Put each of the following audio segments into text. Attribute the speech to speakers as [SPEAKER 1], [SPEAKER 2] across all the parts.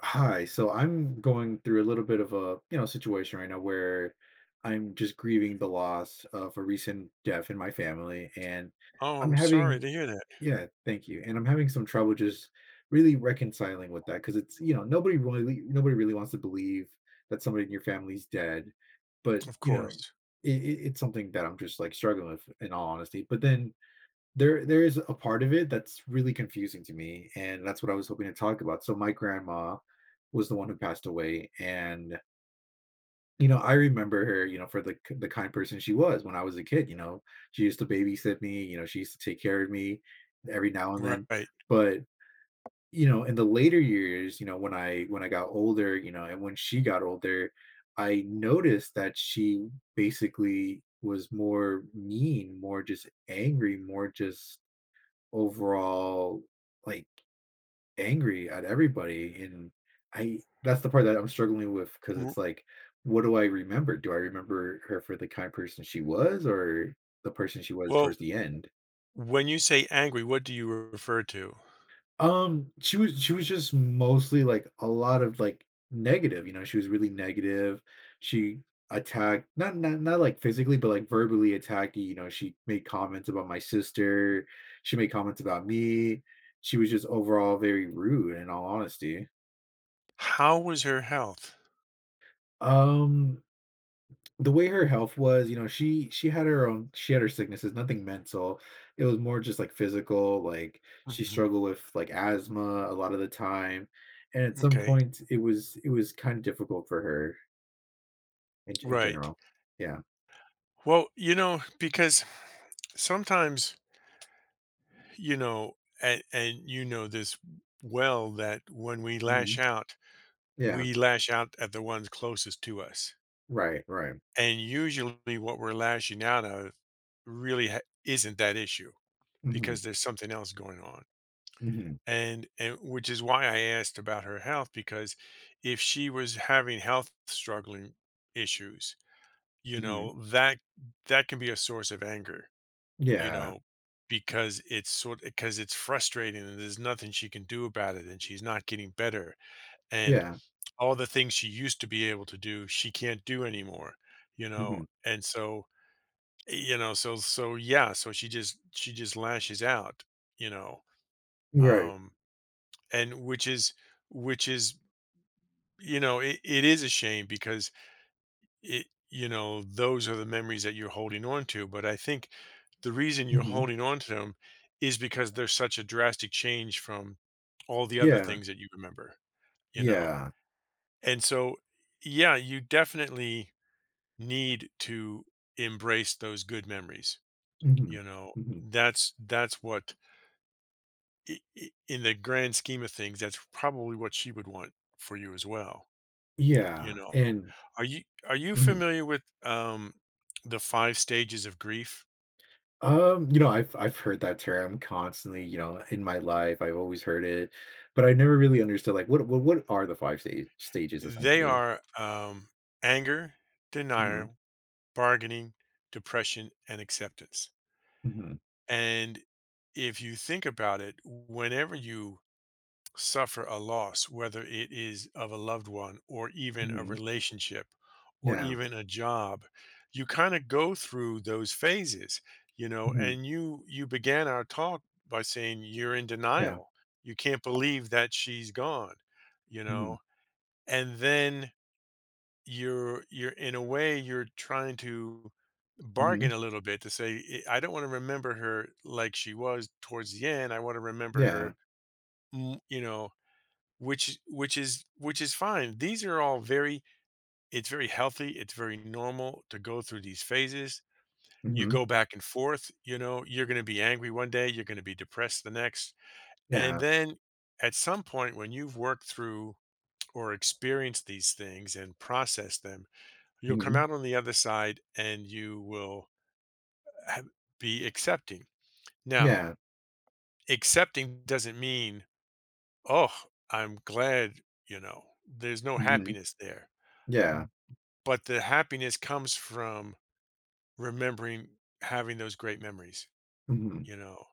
[SPEAKER 1] Hi. So I'm going through a little bit of a, you know, situation right now where I'm just grieving the loss of a recent death in my family and
[SPEAKER 2] Oh,
[SPEAKER 1] I'm
[SPEAKER 2] I'm sorry
[SPEAKER 1] having
[SPEAKER 2] to hear that.
[SPEAKER 1] yeah, thank you. And I'm having some trouble just really reconciling with that because it's nobody really wants to believe that somebody in your family's dead, but
[SPEAKER 2] Of
[SPEAKER 1] you know,
[SPEAKER 2] course.
[SPEAKER 1] it's something that I'm just like struggling with in all honesty. But then there is a part of it that's really confusing to me, and that's what I was hoping to talk about. So my grandma was the one who passed away. And you know, I remember her, you know, for the kind person she was when I was a kid. You know, she used to babysit me, you know, she used to take care of me every now and then.
[SPEAKER 2] Right.
[SPEAKER 1] But you know, in the later years, you know, when I got older, you know, and when she got older, I noticed that she basically was more mean, more just angry, more just overall, like, angry at everybody. And I that's the part that I'm struggling with, because
[SPEAKER 2] W-
[SPEAKER 1] it's like, what do I remember? Do I remember her for the kind of person she was, or the person she was
[SPEAKER 2] Well,
[SPEAKER 1] towards the end?
[SPEAKER 2] when you say angry, what do you refer to?
[SPEAKER 1] She was just mostly like a lot of like negative, you know, she was really negative. She attacked, not like physically, but like verbally attacked, you know, she made comments about my sister, she made comments about me. She was just overall very rude, in all honesty.
[SPEAKER 2] How was her health?
[SPEAKER 1] Um the way her health was, you know, she had her sicknesses, nothing mental. It was more just like physical, like she
[SPEAKER 2] Hmm.
[SPEAKER 1] struggled with like asthma a lot of the time. And at some
[SPEAKER 2] Okay.
[SPEAKER 1] point it was kind of difficult for her in
[SPEAKER 2] Right.
[SPEAKER 1] general. Yeah.
[SPEAKER 2] Well, because sometimes, you know, and you know this well that when
[SPEAKER 1] Mhm. Yeah.
[SPEAKER 2] we lash out at the ones closest to us.
[SPEAKER 1] Right, right.
[SPEAKER 2] And usually what we're lashing out at really isn't that issue
[SPEAKER 1] Mhm.
[SPEAKER 2] because there's something else going on.
[SPEAKER 1] Mhm.
[SPEAKER 2] And which is why I asked about her health because if she was having health struggling issues, you
[SPEAKER 1] Mhm.
[SPEAKER 2] know, that that can be a source of anger, you
[SPEAKER 1] Yeah.
[SPEAKER 2] know, because it's sort because it's frustrating and there's nothing she can do about it, and she's not getting better, and
[SPEAKER 1] Yeah.
[SPEAKER 2] all the things she used to be able to do, she can't do anymore.
[SPEAKER 1] Mhm.
[SPEAKER 2] And so, so yeah, so she just lashes out, you know.
[SPEAKER 1] Right.
[SPEAKER 2] Um and which is it is a shame, because it you know those are the memories that you're holding on to, but I think the reason you're
[SPEAKER 1] Mhm.
[SPEAKER 2] holding on to them is because there's such a drastic change from all the other
[SPEAKER 1] Yeah.
[SPEAKER 2] things that you remember you know
[SPEAKER 1] Yeah.
[SPEAKER 2] and so, yeah, you definitely need to embrace those good memories
[SPEAKER 1] Mhm.
[SPEAKER 2] you know
[SPEAKER 1] Mhm.
[SPEAKER 2] that's what in the grand scheme of things that's probably what she would want for you as well.
[SPEAKER 1] Yeah.
[SPEAKER 2] You know,
[SPEAKER 1] And
[SPEAKER 2] are you are you
[SPEAKER 1] mm-hmm.
[SPEAKER 2] familiar with, the five stages of grief?
[SPEAKER 1] You know, I've heard that term constantly, you know, in my life. I've always heard it, but I never really understood like what are the stages,
[SPEAKER 2] They
[SPEAKER 1] essentially?
[SPEAKER 2] are, anger,
[SPEAKER 1] Mhm.
[SPEAKER 2] denial, bargaining, depression, and acceptance,
[SPEAKER 1] Mhm.
[SPEAKER 2] and if you think about it, whenever you suffer a loss, whether it is of a loved one or even a
[SPEAKER 1] Mhm.
[SPEAKER 2] relationship or
[SPEAKER 1] Yeah.
[SPEAKER 2] even a job, you kind of go through those phases,
[SPEAKER 1] Mhm.
[SPEAKER 2] and you began our talk by saying you're in
[SPEAKER 1] Yeah.
[SPEAKER 2] denial. You can't believe that she's gone, you know,
[SPEAKER 1] Mhm.
[SPEAKER 2] and then you're in a way you're trying to
[SPEAKER 1] Mhm.
[SPEAKER 2] bargain a little bit to say, "I don't want to remember her like she was towards the end. I want to remember
[SPEAKER 1] Yeah.
[SPEAKER 2] her, mm, you know, which is fine. These are all very It's very healthy, it's very normal to go through these phases. You
[SPEAKER 1] Mhm.
[SPEAKER 2] go back and forth, you know, you're going to be angry one day, you're going to be depressed the next. And
[SPEAKER 1] Yeah.
[SPEAKER 2] then at some point, when you've worked through or experienced these things and processed them, you'll come
[SPEAKER 1] Mhm.
[SPEAKER 2] out on the other side and you will have, be accepting. Now,
[SPEAKER 1] Yeah.
[SPEAKER 2] accepting doesn't mean, "Oh, I'm glad," you know. There's no
[SPEAKER 1] Mhm.
[SPEAKER 2] happiness there.
[SPEAKER 1] Yeah.
[SPEAKER 2] But the happiness comes from remembering, having those great memories,
[SPEAKER 1] Mhm.
[SPEAKER 2] you know?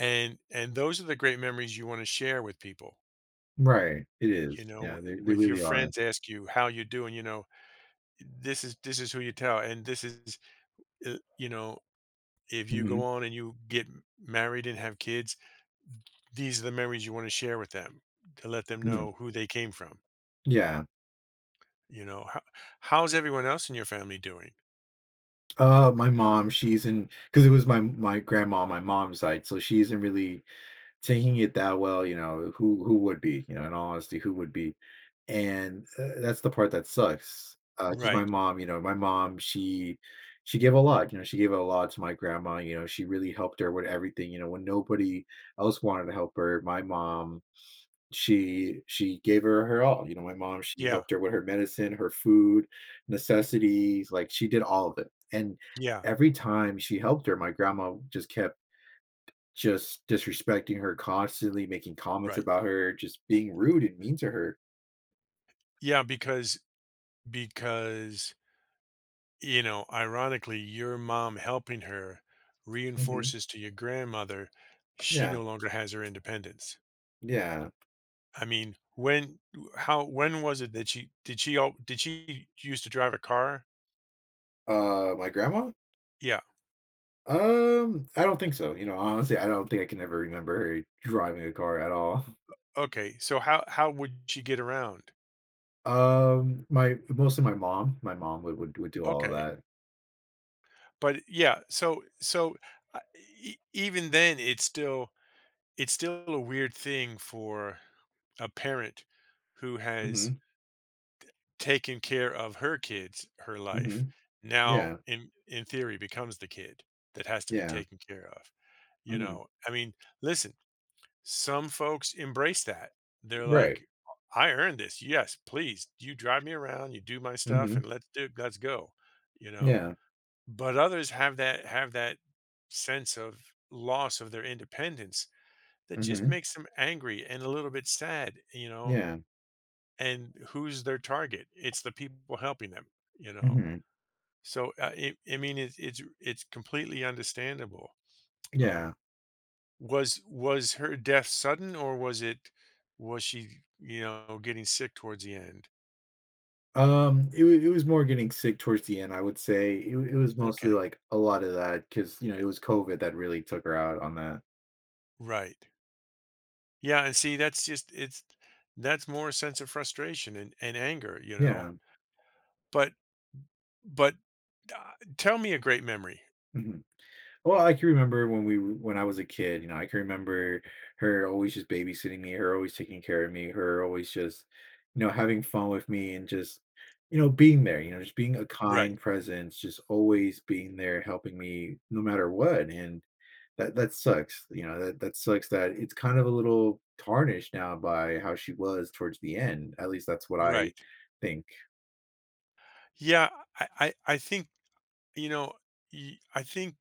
[SPEAKER 2] And those are the great memories you want to share with people.
[SPEAKER 1] Right. It is.
[SPEAKER 2] You know,
[SPEAKER 1] Yeah, they they
[SPEAKER 2] if your
[SPEAKER 1] really are.
[SPEAKER 2] friends ask you how you doing, this is who you tell, and this is, you know, if you go
[SPEAKER 1] Mhm.
[SPEAKER 2] on and you get married and have kids, these are the memories you want to share with them, to let them
[SPEAKER 1] Mhm.
[SPEAKER 2] know who they came from.
[SPEAKER 1] Yeah.
[SPEAKER 2] You know, how, how's everyone else in your family doing?
[SPEAKER 1] My mom, she's in, because it was my grandma on my mom's side, so she isn't really taking it that well, you know, who would be? You know, in all honesty, who would be? And, that's the part that sucks. Because my
[SPEAKER 2] Right.
[SPEAKER 1] mom, you know, my mom, she gave a lot, you know, she gave a lot to my grandma, you know, she really helped her with everything, you know, when nobody else wanted to help her. My mom, she gave her her all, you know, my mom, she
[SPEAKER 2] Yeah.
[SPEAKER 1] helped her with her medicine, her food, necessities, like, she did all of it. And
[SPEAKER 2] Yeah.
[SPEAKER 1] every time she helped her, my grandma just kept just disrespecting her constantly, making comments
[SPEAKER 2] Right.
[SPEAKER 1] about her, just being rude and mean to her.
[SPEAKER 2] Yeah. Because ironically, your mom helping her
[SPEAKER 1] Mhm.
[SPEAKER 2] reinforces to your grandmother she
[SPEAKER 1] Yeah,
[SPEAKER 2] no longer has her independence.
[SPEAKER 1] yeah.
[SPEAKER 2] I mean, when was it that she did she al- did she used to drive a car?
[SPEAKER 1] My grandma?
[SPEAKER 2] Yeah.
[SPEAKER 1] I don't think so, you know, honestly, I don't think I can ever remember her driving a car at all.
[SPEAKER 2] Okay. So how would she get around?
[SPEAKER 1] My mostly my mom. My mom would do all of
[SPEAKER 2] Okay.
[SPEAKER 1] that.
[SPEAKER 2] But yeah, so uh, even then it's still a weird thing for a parent who has
[SPEAKER 1] Mhm,
[SPEAKER 2] taking care of her kids, her life,
[SPEAKER 1] mhm.
[SPEAKER 2] now
[SPEAKER 1] Yeah,
[SPEAKER 2] in theory becomes the kid that has to be
[SPEAKER 1] yeah.
[SPEAKER 2] taken care of, you
[SPEAKER 1] Mhm.
[SPEAKER 2] know? I mean, listen, some folks embrace that. They're
[SPEAKER 1] Right.
[SPEAKER 2] like, "I earned this. Yes, please, you drive me around, you do my stuff,
[SPEAKER 1] Mhm.
[SPEAKER 2] and let's go," you know?
[SPEAKER 1] Yeah.
[SPEAKER 2] But others have that sense of loss of their independence that just
[SPEAKER 1] Mhm.
[SPEAKER 2] makes them angry and a little bit sad, you know?
[SPEAKER 1] Yeah.
[SPEAKER 2] And who's their target? It's the people helping them, you know.
[SPEAKER 1] Mhm.
[SPEAKER 2] So I mean, it's completely understandable.
[SPEAKER 1] Yeah.
[SPEAKER 2] Um, was her death sudden, or was she getting sick towards the end?
[SPEAKER 1] It was more getting sick towards the end, I would say. It was mostly,
[SPEAKER 2] Okay,
[SPEAKER 1] like, a lot of that, because you know, it was COVID that really took her out on that.
[SPEAKER 2] right, yeah, and see, that's just it's that's more a sense of frustration and anger.
[SPEAKER 1] Yeah,
[SPEAKER 2] But but uh, tell me a great memory,
[SPEAKER 1] mhm. Well, I can remember when we w when I was a kid, you know, I can remember her always just babysitting me, her always taking care of me, her always just, you know, having fun with me, and just, you know, being there, you know, just being a
[SPEAKER 2] right?
[SPEAKER 1] kind presence, just always being there helping me no matter what, and that sucks, you know, that sucks that it's kind of a little tarnished now by how she was towards the end, at least that's what I
[SPEAKER 2] Right.
[SPEAKER 1] think.
[SPEAKER 2] Yeah, I think you know. y- I think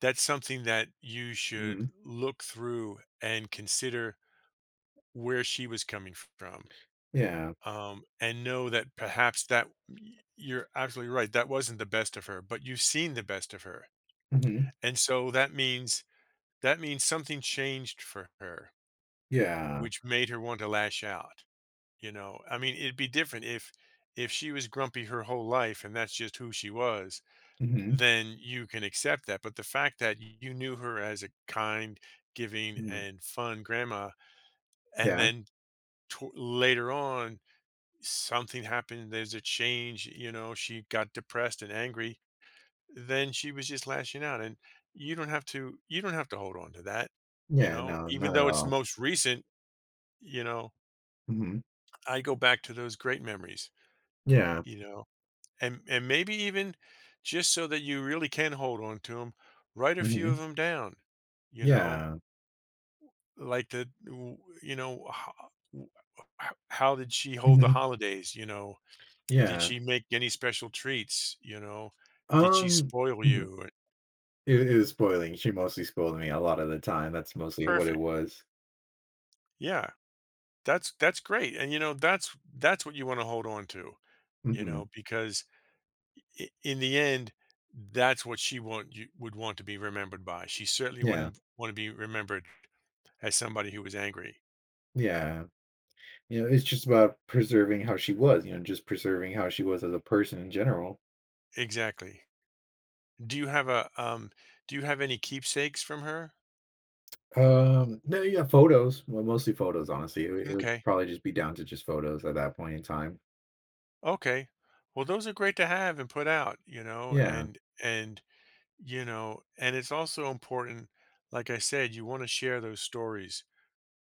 [SPEAKER 2] that's something that you should
[SPEAKER 1] Mhm.
[SPEAKER 2] look through and consider where she was coming from,
[SPEAKER 1] Yeah.
[SPEAKER 2] and know that perhaps that you're absolutely right, that wasn't the best of her, but you've seen the best of her,
[SPEAKER 1] Mhm.
[SPEAKER 2] and so that means something changed for her
[SPEAKER 1] Yeah.
[SPEAKER 2] which made her want to lash out. I mean, it'd be different if she was grumpy her whole life and that's just who she was,
[SPEAKER 1] Mhm.
[SPEAKER 2] then you can accept that. But the fact that you knew her as a kind, giving,
[SPEAKER 1] Mm.
[SPEAKER 2] and fun grandma, and
[SPEAKER 1] Yeah.
[SPEAKER 2] then to later on, something happened, there's a change, she got depressed and angry, then she was just lashing out. And you don't have to hold on to that,
[SPEAKER 1] Yeah, no,
[SPEAKER 2] even
[SPEAKER 1] not at
[SPEAKER 2] though it's
[SPEAKER 1] all.
[SPEAKER 2] most recent, you know,
[SPEAKER 1] Mhm.
[SPEAKER 2] I go back to those great memories,
[SPEAKER 1] Yeah.
[SPEAKER 2] you know. And maybe even just so that you really can hold on to them, write a few of
[SPEAKER 1] Mhm.
[SPEAKER 2] them down you know
[SPEAKER 1] Yeah.
[SPEAKER 2] like the w- you know how did she hold the
[SPEAKER 1] Mhm.
[SPEAKER 2] holidays? Did
[SPEAKER 1] Yeah.
[SPEAKER 2] she make any special treats? Did she
[SPEAKER 1] Um,
[SPEAKER 2] spoil
[SPEAKER 1] mhm.
[SPEAKER 2] you?
[SPEAKER 1] It was spoiling, she mostly spoiled me a lot of the time, that's mostly what it
[SPEAKER 2] Perfect.
[SPEAKER 1] was.
[SPEAKER 2] Yeah, that's great, and that's what you want to hold on to you
[SPEAKER 1] Mhm.
[SPEAKER 2] know because in the end that's what she want you would want to be remembered by. She certainly
[SPEAKER 1] Yeah.
[SPEAKER 2] wouldn't want to be remembered as somebody who was angry.
[SPEAKER 1] Yeah. You know, it's just about preserving how she was, you know, just preserving how she was as a person in general.
[SPEAKER 2] Exactly. Do you have a, do you have any keepsakes from her?
[SPEAKER 1] No, yeah, photos. Well, mostly photos, honestly. It would
[SPEAKER 2] Okay.
[SPEAKER 1] probably just be down to just photos at that point in time.
[SPEAKER 2] Okay. Well, those are great to have and put out, you know,
[SPEAKER 1] Yeah.
[SPEAKER 2] and and you know, and it's also important, like I said, you want to share those stories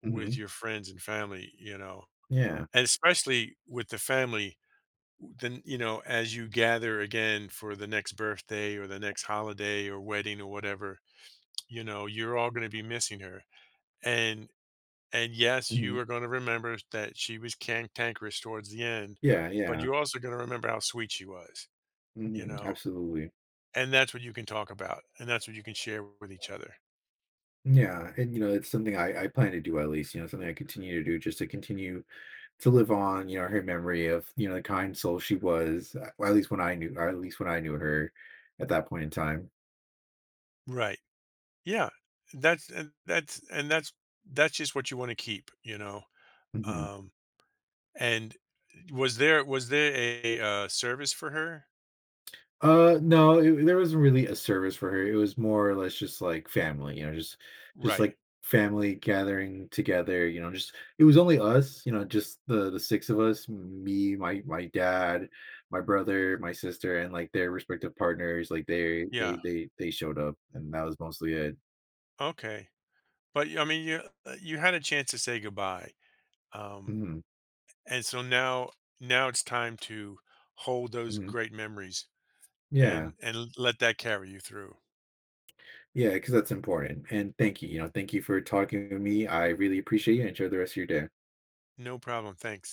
[SPEAKER 2] with
[SPEAKER 1] Hmm.
[SPEAKER 2] your friends and family.
[SPEAKER 1] Yeah.
[SPEAKER 2] And especially with the family, then as you gather again for the next birthday or the next holiday or wedding or whatever, you're all going to be missing her, and And yes,
[SPEAKER 1] Hmm.
[SPEAKER 2] you are gonna remember that she was cantankerous towards the end,
[SPEAKER 1] Yeah.
[SPEAKER 2] but
[SPEAKER 1] Yeah.
[SPEAKER 2] you're also gonna remember how sweet she was, you
[SPEAKER 1] Hmm.
[SPEAKER 2] know?
[SPEAKER 1] Absolutely.
[SPEAKER 2] And that's what you can talk about, and that's what you can share with each other.
[SPEAKER 1] Yeah. And, you know, it's something I plan to do, at least, you know, something I continue to do, just to continue to live on, you know, her memory of, you know, the kind soul she was, at least when I knew, or at least when I knew her at that point in time.
[SPEAKER 2] Right. Yeah. That's and that's and that's that's just what you wanna keep, you know?
[SPEAKER 1] Mhm.
[SPEAKER 2] Um, and was there a service for her?
[SPEAKER 1] No, there wasn't really a service for her. It was more or less just like family, you know, just
[SPEAKER 2] Right.
[SPEAKER 1] like family gathering together. You know, just it was only us, you know, just the six of us, me, my dad, my brother, my sister, and like their respective partners. Like they
[SPEAKER 2] Yeah.
[SPEAKER 1] they they they showed up, and that was mostly it.
[SPEAKER 2] Okay. But, I mean, you had a chance to say goodbye, um
[SPEAKER 1] Mhm,
[SPEAKER 2] And so now it's time to hold those
[SPEAKER 1] mhm.
[SPEAKER 2] great memories, and
[SPEAKER 1] Yeah,
[SPEAKER 2] and let that carry you through.
[SPEAKER 1] yeah, because that's important. And thank you, you know, thank you for talking to me. I really appreciate you. Enjoy the rest of your day.
[SPEAKER 2] No problem. Thanks.